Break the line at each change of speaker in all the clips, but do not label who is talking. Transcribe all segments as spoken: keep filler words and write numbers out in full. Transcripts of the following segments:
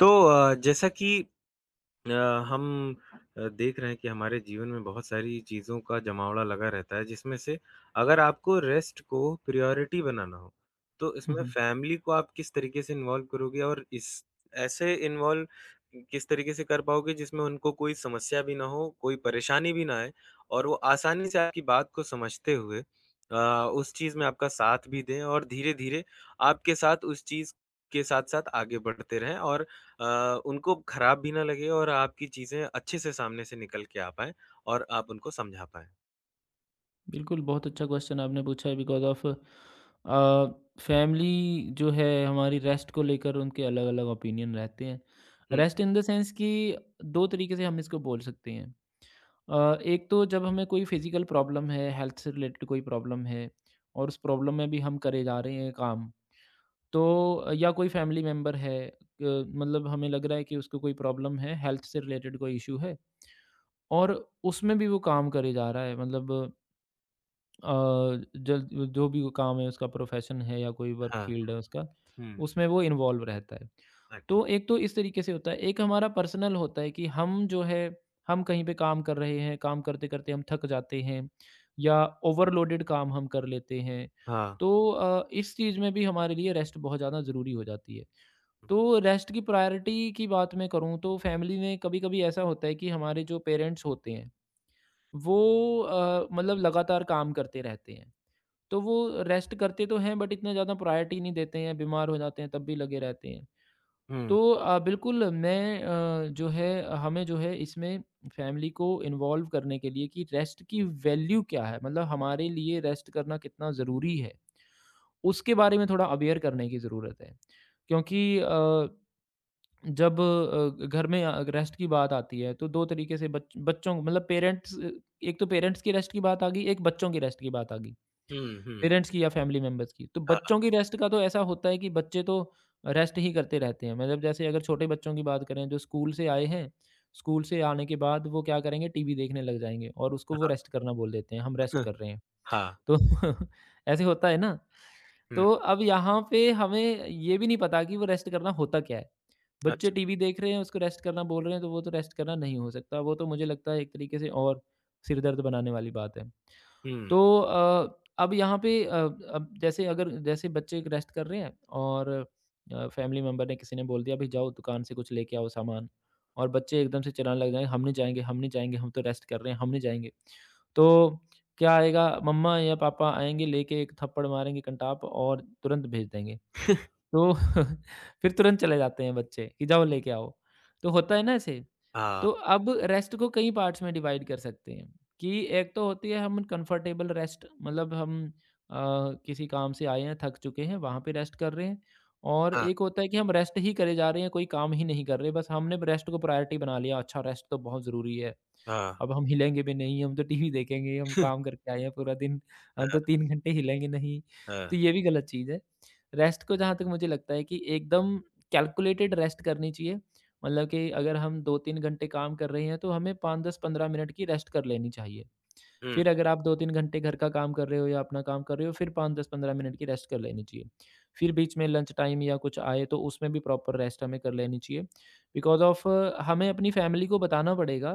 तो अ, जैसा कि अ, हम अ, देख रहे हैं कि हमारे जीवन में बहुत सारी चीज़ों का जमावड़ा लगा रहता है जिसमें से अगर आपको रेस्ट को प्रायोरिटी बनाना हो तो
हुँ,
इसमें
हुँ।
फैमिली को आप किस तरीके से इन्वॉल्व करोगे और इस ऐसे इन्वॉल्व किस तरीके से कर पाओगे जिसमें उनको कोई समस्या भी ना हो, कोई परेशानी भी ना आए और वो आसानी से आपकी बात को समझते हुए अ, उस चीज़ में आपका साथ भी दें और धीरे धीरे आपके साथ उस चीज़ के साथ साथ आगे बढ़ते रहें और अ, उनको खराब भी ना लगे और आपकी चीज़ें अच्छे से सामने से निकल के आ पाएँ और आप उनको समझा पाएँ।
बिल्कुल, बहुत अच्छा क्वेश्चन आपने पूछा है बिकॉज़ ऑफ़ अ, फैमिली जो है हमारी रेस्ट को लेकर उनके अलग-अलग ओपिनियन रहते हैं।
हुँ,
रेस्ट इन द सेंस कि दो तरीके से हम इसको बोल सकते हैं। अ, एक तो जब हमें कोई फिज़िकल प्रॉब्लम है, हेल्थ से रिलेटेड कोई प्रॉब्लम है और उस प्रॉब्लम में भी हम करे जा रहे हैं काम, तो या कोई फैमिली मेंबर है, क मतलब हमें लग रहा है कि उसको कोई प्रॉब्लम है, हेल्थ से रिलेटेड कोई इश्यू है और उसमें भी वो काम करे जा रहा है, मतलब अ, जल जो भी वो काम है, उसका प्रोफेशन है या कोई वर्क
हाँ,
फील्ड है उसका,
हुँ।
उसमें वो इन्वॉल्व रहता है।
अच्छा,
तो एक तो इस तरीके से होता है, एक हमारा पर्सनल होता है कि हम जो है हम कहीं पे काम कर रहे हैं, काम करते-करते हम थक जाते हैं या ओवरलोडेड काम हम कर लेते हैं।
हाँ।
तो अ, इस चीज़ में भी हमारे लिए रेस्ट बहुत ज़्यादा ज़रूरी हो जाती है। तो रेस्ट की प्रायोरिटी की बात मैं करूँ तो फैमिली में कभी-कभी ऐसा होता है कि हमारे जो पेरेंट्स होते हैं, वो अ, मतलब लगातार काम करते रहते हैं। तो वो रेस्ट करते तो हैं, बट इतना ज़्यादा प्रायोरिटी नहीं देते हैं, बीमार हो जाते हैं तब भी लगे रहते हैं।
हुँ,
तो अ, बिल्कुल, मैं अ, जो है हमें जो है इसमें फैमिली को इन्वॉल्व करने के लिए कि रेस्ट की वैल्यू क्या है? मतलब हमारे लिए रेस्ट करना कितना ज़रूरी है? उसके बारे में थोड़ा अवेयर करने की ज़रूरत है। क्योंकि अ, जब अ, घर में अ, रेस्ट की बात आती है तो दो तरीके से, बच बच्चों मतलब पेरेंट्स, एक तो पेरेंट्स की रेस्ट की बात आ गई, एक बच्चों की रेस्ट की बात आ गई।
हुँ, हुँ।
पेरेंट्स की या फैमिली मेंबर्स की। तो
हाँ,
बच्चों की रेस्ट का तो ऐसा होता है कि बच्चे तो रेस्ट ही करते रहते हैं। मतलब जैसे अगर छोटे बच्चों की बात करें, जो स्कूल से आए हैं, स्कूल से आने के बाद वो क्या करेंगे, टीवी देखने लग जाएँगे और उसको वो
हाँ,
रेस्ट करना बोल देते हैं, हम रेस्ट कर रहे हैं।
हाँ।
तो ऐसे होता है ना?
हुँ,
तो अब यहाँ पे हमें ये भी नहीं पता कि वो रेस्ट करना होता क्या है? बच्चे
अच्छा,
टीवी देख रहे हैं, उसको रेस्ट करना बोल रहे हैं, तो वो तो रेस्ट करना नहीं हो सकता। वो तो मुझे लगता है एक तरीके से और सिर दर्द बनाने वाली बात है।
हुँ,
तो अ, अब यहाँ पे अ, अब जैसे, अगर जैसे बच्चे रेस्ट कर रहे हैं और अ, फैमिली मेम्बर ने, किसी ने बोल दिया, भाई जाओ दुकान से कुछ लेके आओ सामान, और बच्चे एकदम से चिल्लाने लग जाएंगे, हम नहीं जाएंगे, हम नहीं जाएंगे, हम तो रेस्ट कर रहे हैं, हम नहीं जाएंगे। तो क्या आएगा? मम्मा या पापा आएंगे, लेके एक थप्पड़ मारेंगे कंटाप, और तुरंत भेज देंगे। तो फिर तुरंत चले जाते हैं बच्चे कि जाओ लेके आओ। तो होता है ना ऐसे?
हाँ,
तो अब रेस्ट को कई पार्ट्स में डिवाइड कर सकते हैं कि एक तो होती है हम कंफर्टेबल रेस्ट, मतलब हम अ, किसी काम से आए हैं, थक चुके हैं, वहाँ पे रेस्ट कर रहे हैं। और
हाँ,
एक होता है कि हम रेस्ट ही करे जा रहे हैं, कोई काम ही नहीं कर रहे, बस हमने रेस्ट को प्रायोरिटी बना लिया, अच्छा रेस्ट तो बहुत ज़रूरी है,
हाँ,
अब हम हिलेंगे भी नहीं, हम तो टीवी देखेंगे, हम काम करके आए हैं पूरा दिन, हम तो
हाँ,
तीन घंटे हिलेंगे नहीं।
हाँ,
तो ये भी गलत चीज़ है। रेस्ट को जहाँ तक मुझे लगता है कि एकदम कैलकुलेटेड रेस्ट करनी चाहिए। मतलब कि अगर हम दो-तीन घंटे काम कर रहे हैं, तो हमें पाँच-दस-पंद्रह मिनट की रेस्ट कर लेनी चाहिए।
हुँ।
फिर अगर आप दो-तीन घंटे घर का काम कर रहे हो या अपना काम कर रहे हो, फिर पाँच-दस-पंद्रह मिनट की रेस्ट कर लेनी चाहिए। फिर बीच में लंच टाइम या कुछ आए, तो उसमें भी प्रॉपर रेस्ट हमें कर लेनी चाहिए। बिकॉज़ ऑफ़ हमें अपनी फैमिली को बताना पड़ेगा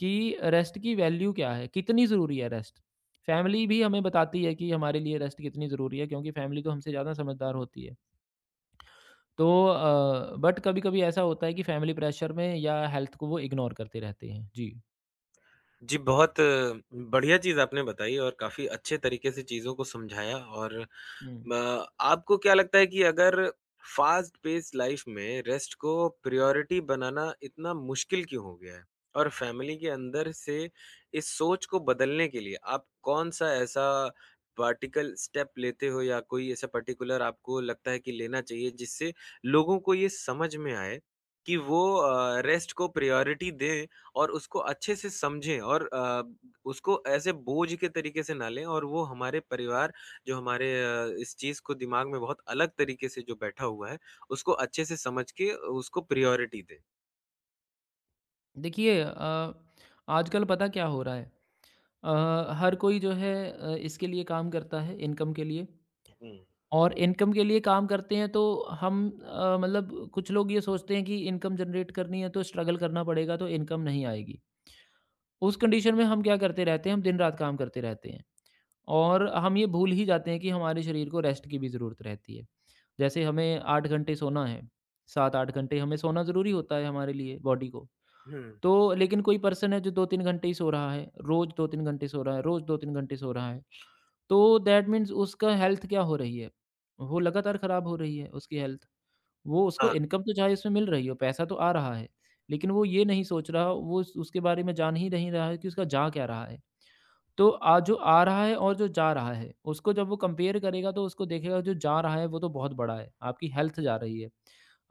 कि रेस्ट की वैल्यू क्या है, कितनी ज़रूरी है रेस्ट। फैमिली भी हमें बताती है कि हमारे लिए रेस्ट कितनी ज़रूरी है, क्योंकि फैमिली तो हमसे ज़्यादा समझदार होती है। तो अ, बट कभी-कभी ऐसा होता है कि फैमिली प्रेशर में या हेल्थ को वो इग्नोर करते रहते हैं। जी।
जी, बहुत बढ़िया चीज़ आपने बताई और काफ़ी अच्छे तरीके से चीज़ों को समझाया। और
हुँ।
अ, आपको क्या लगता है कि अगर फ़ास्ट पेस्ड लाइफ़ में रेस्ट को प्रायोरिटी बनाना इतना मुश्किल क्यों हो गया है? और फ़ैमिली के अंदर से इस सोच को बदलने के लिए आप कौन-सा ऐसा पार्टिकल स्टेप लेते हो, या कोई ऐसा पर्टिकुलर आपको लगता है कि लेना चाहिए जिससे लोगों को ये समझ में आए कि वो अ, रेस्ट को प्रायोरिटी दें और उसको अच्छे से समझें और अ, उसको ऐसे बोझ के तरीके से ना लें, और वो हमारे परिवार जो हमारे अ, इस चीज़ को दिमाग में बहुत अलग तरीके से जो बैठा हुआ है, उसको अच्छे से समझ के उसको प्रायोरिटी दें।
देखिए, अ, आजकल पता क्या हो रहा है, अ, हर कोई जो है अ, इसके लिए काम करता है, इनकम के लिए।
हुँ,
और इनकम के लिए काम करते हैं, तो हम अ, मतलब कुछ लोग ये सोचते हैं कि इनकम जनरेट करनी है तो स्ट्रगल करना पड़ेगा, तो इनकम नहीं आएगी। उस कंडीशन में हम क्या करते रहते हैं, हम दिन रात काम करते रहते हैं और हम ये भूल ही जाते हैं कि हमारे शरीर को रेस्ट की भी ज़रूरत रहती है। जैसे हमें आठ घंटे सोना है, सात-आठ घंटे हमें सोना ज़रूरी होता है हमारे लिए, बॉडी को।
हुँ,
तो लेकिन कोई पर्सन है जो दो-तीन घंटे ही सो रहा है, रोज़ दो-तीन घंटे सो रहा है, रोज़ दो-तीन घंटे सो रहा है। तो दैट मीन्स उसका हेल्थ क्या हो रही है? वो लगातार खराब हो रही है उसकी हेल्थ। वो उसको
हाँ।
इनकम तो चाहे उसमें मिल रही हो, पैसा तो आ रहा है, लेकिन वो ये नहीं सोच रहा, वो उस उसके बारे में जान ही नहीं रहा है कि उसका जा क्या रहा है। तो आ जो आ रहा है और जो जा रहा है, उसको जब वो कंपेयर करेगा तो उसको देखेगा जो जा रहा है वो तो बहुत बड़ा है। आपकी हेल्थ जा रही है,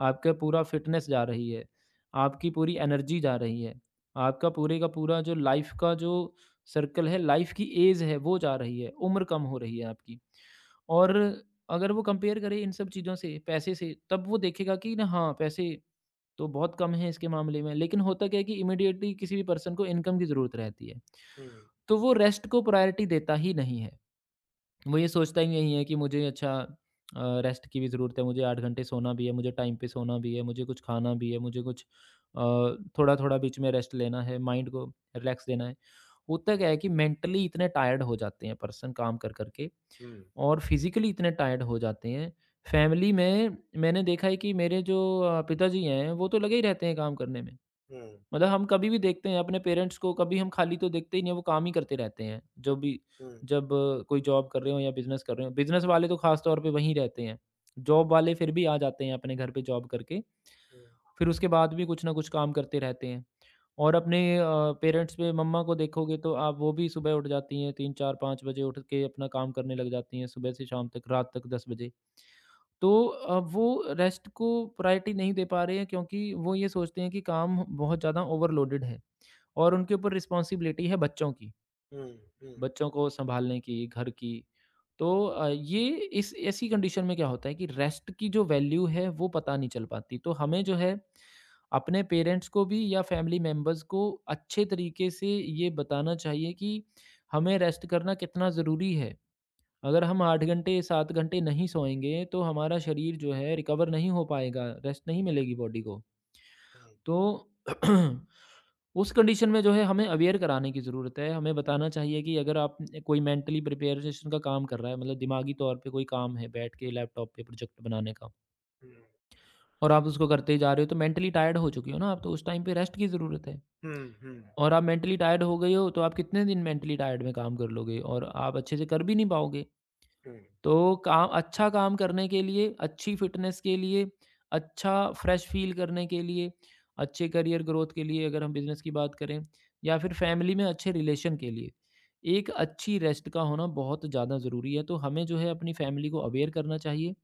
आपका पूरा फिटनेस जा रही है, आपकी पूरी एनर्जी जा रही है, आपका पूरे का पूरा जो लाइफ का जो सर्कल है, लाइफ की एज है वो जा रही है, उम्र कम हो रही है आपकी। और अगर वो कंपेयर करे इन सब चीज़ों से, पैसे से, तब वो देखेगा कि ना, हाँ, पैसे तो बहुत कम है इसके मामले में, लेकिन होता क्या है कि इमीडिएटली किसी भी पर्सन को इनकम की ज़रूरत रहती है।
हुँ,
तो वो रेस्ट को प्रायोरिटी देता ही नहीं है। वो ये सोचता ही नहीं है कि मुझे अच्छा अ, रेस्ट की भी ज़रूरत है, मुझे आठ घंटे सोना भी है, मुझे टाइम पे सोना भी है, मुझे कुछ खाना भी है, मुझे कुछ अ, थोड़ा-थोड़ा बीच में रेस्ट लेना है, माइंड को रिलैक्स देना है। होता क्या है कि मेंटली इतने टायर्ड हो जाते हैं पर्सन काम कर-कर के,
हुँ, हुँ,
और फिज़िकली इतने टायर्ड हो जाते हैं। फैमिली में मैंने देखा है कि मेरे जो अ, पिताजी हैं, वो तो लगे ही रहते हैं काम करने में।
हुँ,
मतलब हम कभी भी देखते हैं अपने पेरेंट्स को, कभी हम खाली तो देखते ही नहीं हैं, वो काम ही करते रहते हैं। जो भी,
हुँ,
जब अ, कोई जॉब कर रहे हो या बिज़नेस कर रहे हो, बिज़नेस वाले तो ख़ास तौर पे वहीं रहते हैं। जॉब वाले फिर भी आ जाते हैं अपने घर पे जॉब करके,
हुँ,
फिर उसके बाद भी कुछ ना कुछ काम करते रहते हैं। और अपने अ, पेरेंट्स पे, मम्मा को देखोगे तो आप, वो भी सुबह उठ जाती हैं तीन-चार-पाँच बजे, उठ के अपना काम करने लग जाती हैं सुबह से शाम तक, रात तक दस बजे। तो अ, वो रेस्ट को प्रायोरिटी नहीं दे पा रहे हैं, क्योंकि वो ये सोचते हैं कि काम बहुत ज़्यादा ओवरलोडेड है। और उनके ऊपर रिस्पॉन्सिबिलिटी है बच्चों की,
हुँ, हुँ,
बच्चों को सँभालने की, घर की। तो अ, ये इस ऐसी कंडीशन में क्या होता है कि रेस्ट की जो वैल्यू है वो पता नहीं चल पाती। तो हमें जो है अपने पेरेंट्स को भी या फैमिली मेंबर्स को अच्छे तरीके से ये बताना चाहिए कि हमें रेस्ट करना कितना ज़रूरी है। अगर हम आठ घंटे, सात घंटे नहीं सोएँगे तो हमारा शरीर जो है रिकवर नहीं हो पाएगा, रेस्ट नहीं मिलेगी बॉडी को। तो उस कंडीशन में जो है हमें अवेयर कराने की ज़रूरत है। हमें बताना चाहिए कि अगर आप कोई मेंटली प्रिपरेशन का काम कर रहा है, मतलब दिमागी तौर पे कोई काम है बैठ के लैपटॉप पे प्रोजेक्ट बनाने का,
हुँ,
और आप उसको करते ही जा रहे हो तो मेंटली टायर्ड हो चुके हो ना आप, तो उस टाइम पे रेस्ट की ज़रूरत है।
हुँ, हुँ, हुँ,
और आप मेंटली टायर्ड हो गए हो तो आप कितने दिन मेंटली टायर्ड में काम कर लोगे, और आप अच्छे से कर भी नहीं पाओगे।
हुँ,
तो काम, अच्छा काम करने के लिए, अच्छी फ़िटनेस के लिए, अच्छा फ्रेश फ़ील करने के लिए, अच्छे करियर ग्रोथ के लिए अगर हम बिज़नेस की बात करें, या फिर फ़ैमिली में अच्छे रिलेशन के लिए, एक अच्छी रेस्ट का होना बहुत ज़्यादा ज़रूरी है। तो हमें जो है अपनी फ़ैमिली को अवेयर करना चाहिए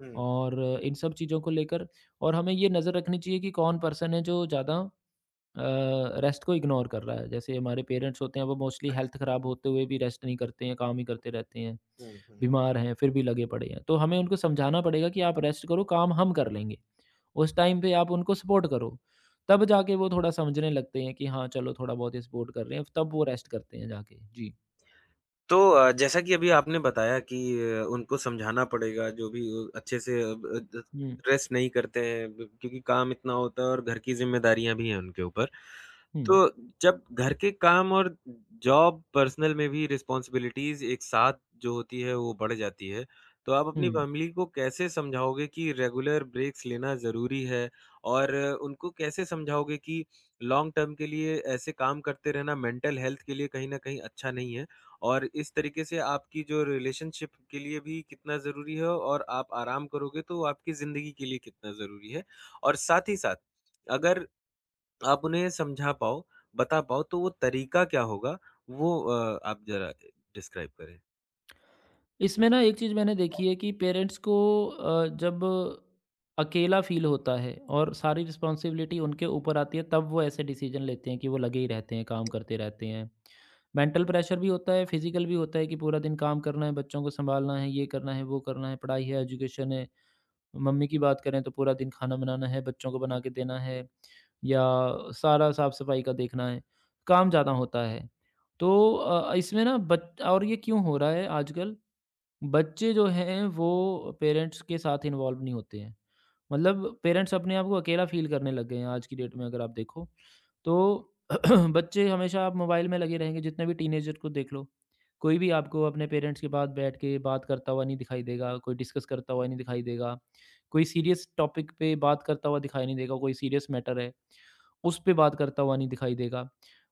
हुँ,
और इन सब चीज़ों को लेकर, और हमें ये नज़र रखनी चाहिए कि कौन पर्सन है जो ज़्यादा अ, रेस्ट को इग्नोर कर रहा है। जैसे हमारे पेरेंट्स होते हैं वो मोस्टली हेल्थ ख़राब होते हुए भी रेस्ट नहीं करते हैं, काम ही करते रहते हैं।
हुँ, हुँ।
बीमार हैं, फिर भी लगे पड़े हैं। तो हमें उनको समझाना पड़ेगा कि आप रेस्ट करो, काम हम कर लेंगे। उस टाइम पे आप उनको सपोर्ट करो। तब जाके वो थोड़ा समझने लगते हैं कि हाँ, चलो थोड़ा बहुत ये सपोर्ट कर रहे हैं, तब वो रेस्ट करते हैं जाके। जी।
तो अ, जैसा कि अभी आपने बताया कि अ, उनको समझाना पड़ेगा, जो भी अ, अच्छे से अ, ब- द-
हुँ।
रेस्ट नहीं करते हैं, ब- क्योंकि काम इतना होता है और घर की जिम्मेदारियां भी हैं उनके ऊपर।
हुँ।
तो जब घर के काम और जॉब पर्सनल में भी रिस्पॉन्सिबिलिटीज एक साथ जो होती है वो बढ़ जाती है, तो आप अपनी
हुँ।
फैमिली को कैसे समझाओगे कि रेगुलर ब्रेक्स लेना ज़रूरी है, और अ, उनको कैसे समझाओगे कि लॉन्ग टर्म के लिए ऐसे काम करते रहना मेंटल हेल्थ के लिए कहीं ना कहीं अच्छा नहीं है, और इस तरीके से आपकी जो रिलेशनशिप के लिए भी कितना ज़रूरी है, और आप आराम करोगे तो आपकी ज़िंदगी के लिए कितना ज़रूरी है। और साथ ही साथ अगर आप उन्हें समझा पाओ, बता पाओ, तो वो तरीका क्या होगा? वो अ, आप ज़रा डिस्क्राइब करें?
इसमें ना एक चीज़ मैंने देखी है कि पेरेंट्स को अ, जब अकेला फ़ील होता है और सारी रिस्पॉन्सिबिलिटी उनके ऊपर आती है तब वो ऐसे डिसीजन लेते हैं कि वो लगे ही रहते हैं काम करते रहते हैं। मेंटल प्रेशर भी होता है फिजिकल भी होता है कि पूरा दिन काम करना है, बच्चों को संभालना है, ये करना है, वो करना है, पढ़ाई है, एजुकेशन है। मम्मी की बात करें तो पूरा दिन खाना बनाना है, बच्चों को बना के देना है या सारा साफ सफाई का देखना है। काम ज़्यादा होता है। तो अ, इसमें ना बच और ये क्यों हो रहा है आजकल? बच्चे जो हैं वो पेरेंट्स के साथ इन्वॉल्व नहीं होते हैं। मतलब पेरेंट्स अपने आप को अकेला फ़ील करने लग गए हैं आज की डेट में, अगर आप देखो। तो बच्चे हमेशा आप मोबाइल में लगे रहेंगे, जितने भी टीनेजर को देख लो। कोई भी आपको अपने पेरेंट्स के पास बैठ के बात करता हुआ नहीं दिखाई देगा, कोई डिस्कस करता हुआ नहीं दिखाई देगा। कोई सीरियस टॉपिक पे बात करता हुआ दिखाई नहीं देगा, कोई सीरियस मैटर है। उस पे बात करता हुआ नहीं दिखाई देगा।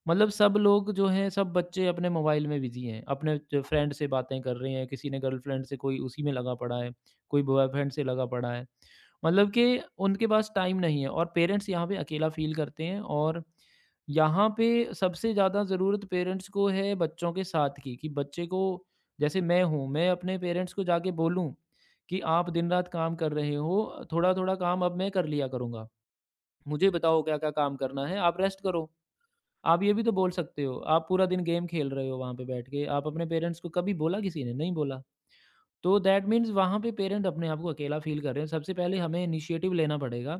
मतलब सब लोग जो हैं, सब बच्चे अपने मोबाइल में बिज़ी हैं, अपने च फ्रेंड से बातें कर रहे हैं, किसी ने गर्लफ्रेंड से, कोई उसी में लगा पड़ा है, कोई बॉयफ्रेंड से लगा पड़ा है। मतलब कि उनके पास टाइम नहीं है, और पेरेंट्स यहाँ पे अकेला फ़ील करते हैं। और यहाँ पे सबसे ज़्यादा ज़रूरत पेरेंट्स को है बच्चों के साथ की, कि बच्चे को, जैसे मैं हूँ, मैं अपने पेरेंट्स को जाके बोलूँ कि आप दिन-रात काम कर रहे हो, थोड़ा-थोड़ा काम अब मैं कर लिया करूँगा। मुझे बताओ क्या-क्या काम करना है, आप रेस्ट करो। आप ये भी तो बोल सकते हो, आप पूरा दिन गेम खेल रहे हो वहाँ पे बैठ के, आप अपने पेरेंट्स को कभी बोला किसी ने? नहीं बोला। तो दैट मीन्स वहाँ पे पेरेंट अपने आप को अकेला फ़ील कर रहे हैं। सबसे पहले हमें इनिशिएटिव लेना पड़ेगा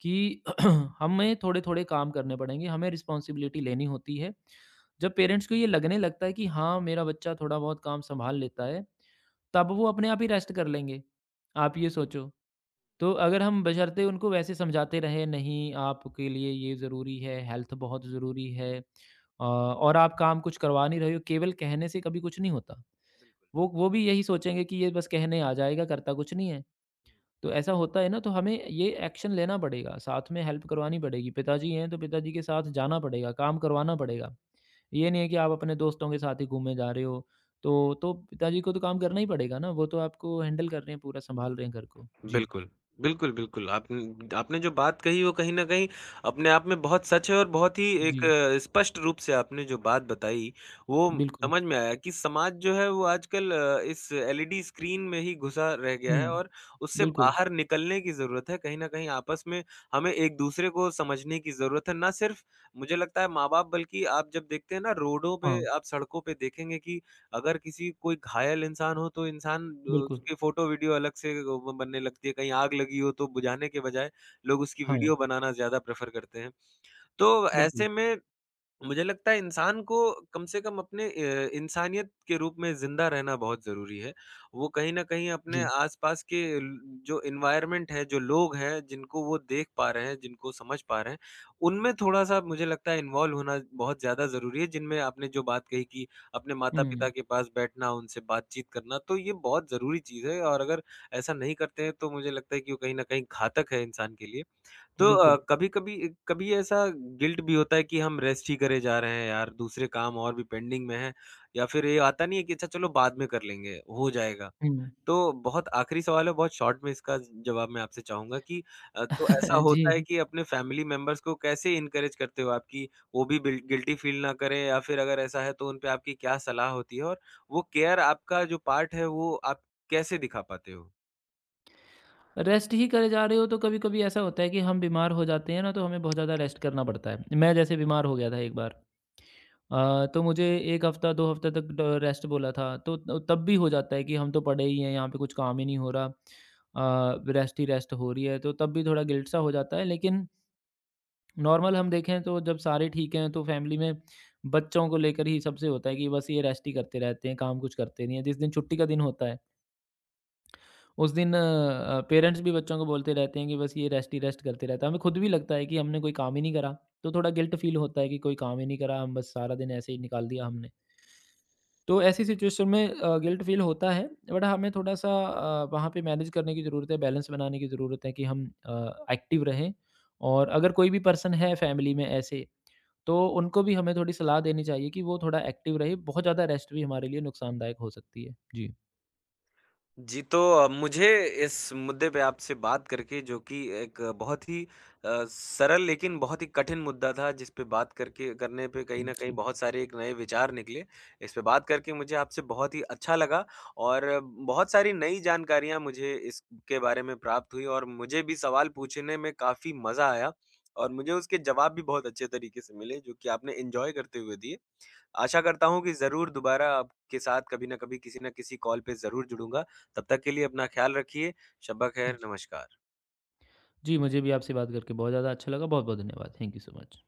कि हमें थोड़े-थोड़े काम करने पड़ेंगे, हमें रिस्पॉन्सिबिलिटी लेनी होती है। जब पेरेंट्स को ये लगने लगता है कि हाँ, मेरा बच्चा थोड़ा बहुत काम सँभाल लेता है, तब वो अपने आप ही रेस्ट कर लेंगे। आप ये सोचो। तो अगर हम बशर्ते उनको वैसे समझाते रहें, नहीं आपके लिए ये ज़रूरी है, हेल्थ बहुत ज़रूरी है, अ, और आप काम कुछ करवा नहीं रहे हो, केवल कहने से कभी कुछ नहीं होता।
बिल्कुल।
वो वो भी यही सोचेंगे कि ये बस कहने आ जाएगा, करता कुछ नहीं है। तो ऐसा होता है ना, तो हमें ये एक्शन लेना पड़ेगा, साथ में हेल्प करवानी पड़ेगी। पिताजी हैं तो पिताजी के साथ जाना पड़ेगा, काम करवाना पड़ेगा। ये नहीं है कि आप अपने दोस्तों के साथ ही घूमने जा रहे हो, तो तो पिताजी को तो काम करना ही पड़ेगा ना, वो तो आपको हैंडल कर रहे हैं पूरा, सँभाल रहे हैं घर को। जी,
बिल्कुल। बिल्कुल, बिल्कुल। आपन आपने जो बात कही वो कहीं न कहीं अपने आप में बहुत सच है, और बहुत ही एक
जी,
अ, स्पष्ट रूप से आपने जो बात बताई, वो
बिल्कुल।
समझ में आया कि समाज जो है वो आजकल अ, इस एलईडी स्क्रीन में ही घुसा रह गया है,
हुँ,
और उससे
बिल्कुल।
बाहर निकलने की ज़रूरत है। कहीं न कहीं आपस में हमें एक-दूसरे को समझने की ज़रूरत है। ना सिर्फ़ मुझे लगता है माँ-बाप, बल्कि आप जब देखते हैं ना रोडों पे,
हाँ,
आप सड़कों पे देखेंगे कि अगर किसी कोई घायल इंसान हो तो इंसान अ,
बिल्कुल।
उसकी फ़ोटो वीडियो अलग से अ, ब बनने लगती है, कहीं आग लगी हो तो बुझाने के बजाय लोग उसकी
हाँ,
वीडियो बनाना ज़्यादा प्रेफ़र करते हैं। तो
बिल्कुल।
ऐसे में मुझे लगता है इंसान को कम से कम अपने अ, इंसानियत के रूप में ज़िंदा रहना बहुत ज़रूरी है। वो कहीं न कहीं अपने
जी।
आस-पास के ल जो एनवायरनमेंट है, जो लोग हैं, जिनको वो देख पा रहे हैं, जिनको समझ पा रहे हैं, उनमें थोड़ा-सा मुझे लगता है इन्वॉल्व होना बहुत ज़्यादा ज़रूरी है। जिनमें आपने जो बात कही कि अपने माता-पिता
हुँ,
के पास बैठना, उनसे बातचीत करना, तो ये बहुत ज़रूरी चीज़ है, और अगर ऐसा नहीं करते हैं तो मुझे लगता है कि वो कहीं न कहीं घातक है इंसान के लिए। तो अ,
बिल्कुल।
कभी-कभी कभी ऐसा गिल्ट भी होता है कि हम रेस्ट ही करे जा रहे हैं यार, दूसरे काम और भी पेंडिंग में हैं, या फिर ये आता नहीं है कि अच्छा चलो बाद में कर लेंगे, हो जाएगा।
हुँ,
तो बहुत आखिरी सवाल है, बहुत शॉर्ट में इसका जवाब मैं आपसे चाहूँगा कि अ, तो ऐसा
जी।
होता है कि अपने फैमिली मेंबर्स को कैसे एनकरेज करते हो आप कि वो भी बिल गिल्टी फील ना करें, या फिर अगर ऐसा है तो उन पे आपकी क्या सलाह होती है? और वो केयर आपका जो पार्ट है, वो आप कैसे दिखा पाते हो?
रेस्ट ही करे जा रहे हो तो कभी-कभी ऐसा होता है कि हम बीमार हो जाते हैं ना, तो हमें बहुत ज़्यादा रेस्ट करना पड़ता है। मैं जैसे बीमार हो गया था एक बार, अ, तो मुझे एक हफ़्ता दो हफ़्ते तक ड रेस्ट बोला था। तो त तब भी हो जाता है कि हम तो पड़े ही हैं, यहाँ पे कुछ काम ही नहीं हो रहा। अ, रेस्ट ही रेस्ट हो रही है, तो तब भी थोड़ा गिल्ट सा हो जाता है। लेकिन नॉर्मल हम देखें तो जब सारे ठीक हैं तो फैमिली में बच्चों को लेकर ही सबसे होता है कि बस ये रेस्ट ही करते रहते हैं, काम कुछ करते नहीं हैं। जिस दिन छुट्टी का दिन होता है, उस दिन अ, पेरेंट्स भी बच्चों को बोलते रहते हैं कि बस ये रेस्ट ही रेस्ट करते रहता है। हमें खुद भी लगता है कि हमने कोई काम ही नहीं करा, तो थोड़ा गिल्ट फील होता है कि कोई काम ही नहीं करा, हम बस सारा दिन ऐसे ही निकाल दिया हमने। तो ऐसी सिचुएशन में अ, गिल्ट फील होता है, बट हमें थोड़ा-सा अ, वहाँ पे मैनेज करने की ज़रूरत है, बैलेंस बनाने की ज़रूरत है कि हम अ, एक्टिव रहें। और अगर कोई भी पर्सन है फैमिली में ऐसे तो उनको भी हमें थोड़ी सलाह देनी चाहिए कि वो थोड़ा एक्टिव रहे, बहुत ज़्यादा रेस्ट भी हमारे लिए नुकसानदायक हो सकती है। जी,
जी, तो अ, मुझे इस मुद्दे पे आपसे बात करके, जो कि एक बहुत ही अ, सरल लेकिन बहुत ही कठिन मुद्दा था, जिस पे बात करके करने पे कहीं न कहीं
जी,
बहुत सारे एक नए विचार निकले। इस पे बात करके मुझे आपसे बहुत ही अच्छा लगा, और बहुत सारी नई जानकारियाँ मुझे इसके बारे में प्राप्त हुई, और मुझे भी सवाल पूछने में काफ़ी मज़ा आया, और मुझे उसके जवाब भी बहुत अच्छे तरीके से मिले जो कि आपने एन्जॉय करते हुए दिए। आशा करता हूँ कि ज़रूर दोबारा आपके साथ कभी न कभी किसी न किसी कॉल पे ज़रूर जुड़ूँगा। तब तक के लिए अपना ख़्याल रखिए। शब्बा ख़ैर,
जी।
नमस्कार।
जी, मुझे भी आपसे बात करके बहुत ज़्यादा अच्छा लगा, बहुत-बहुत धन्यवाद। Thank you so much.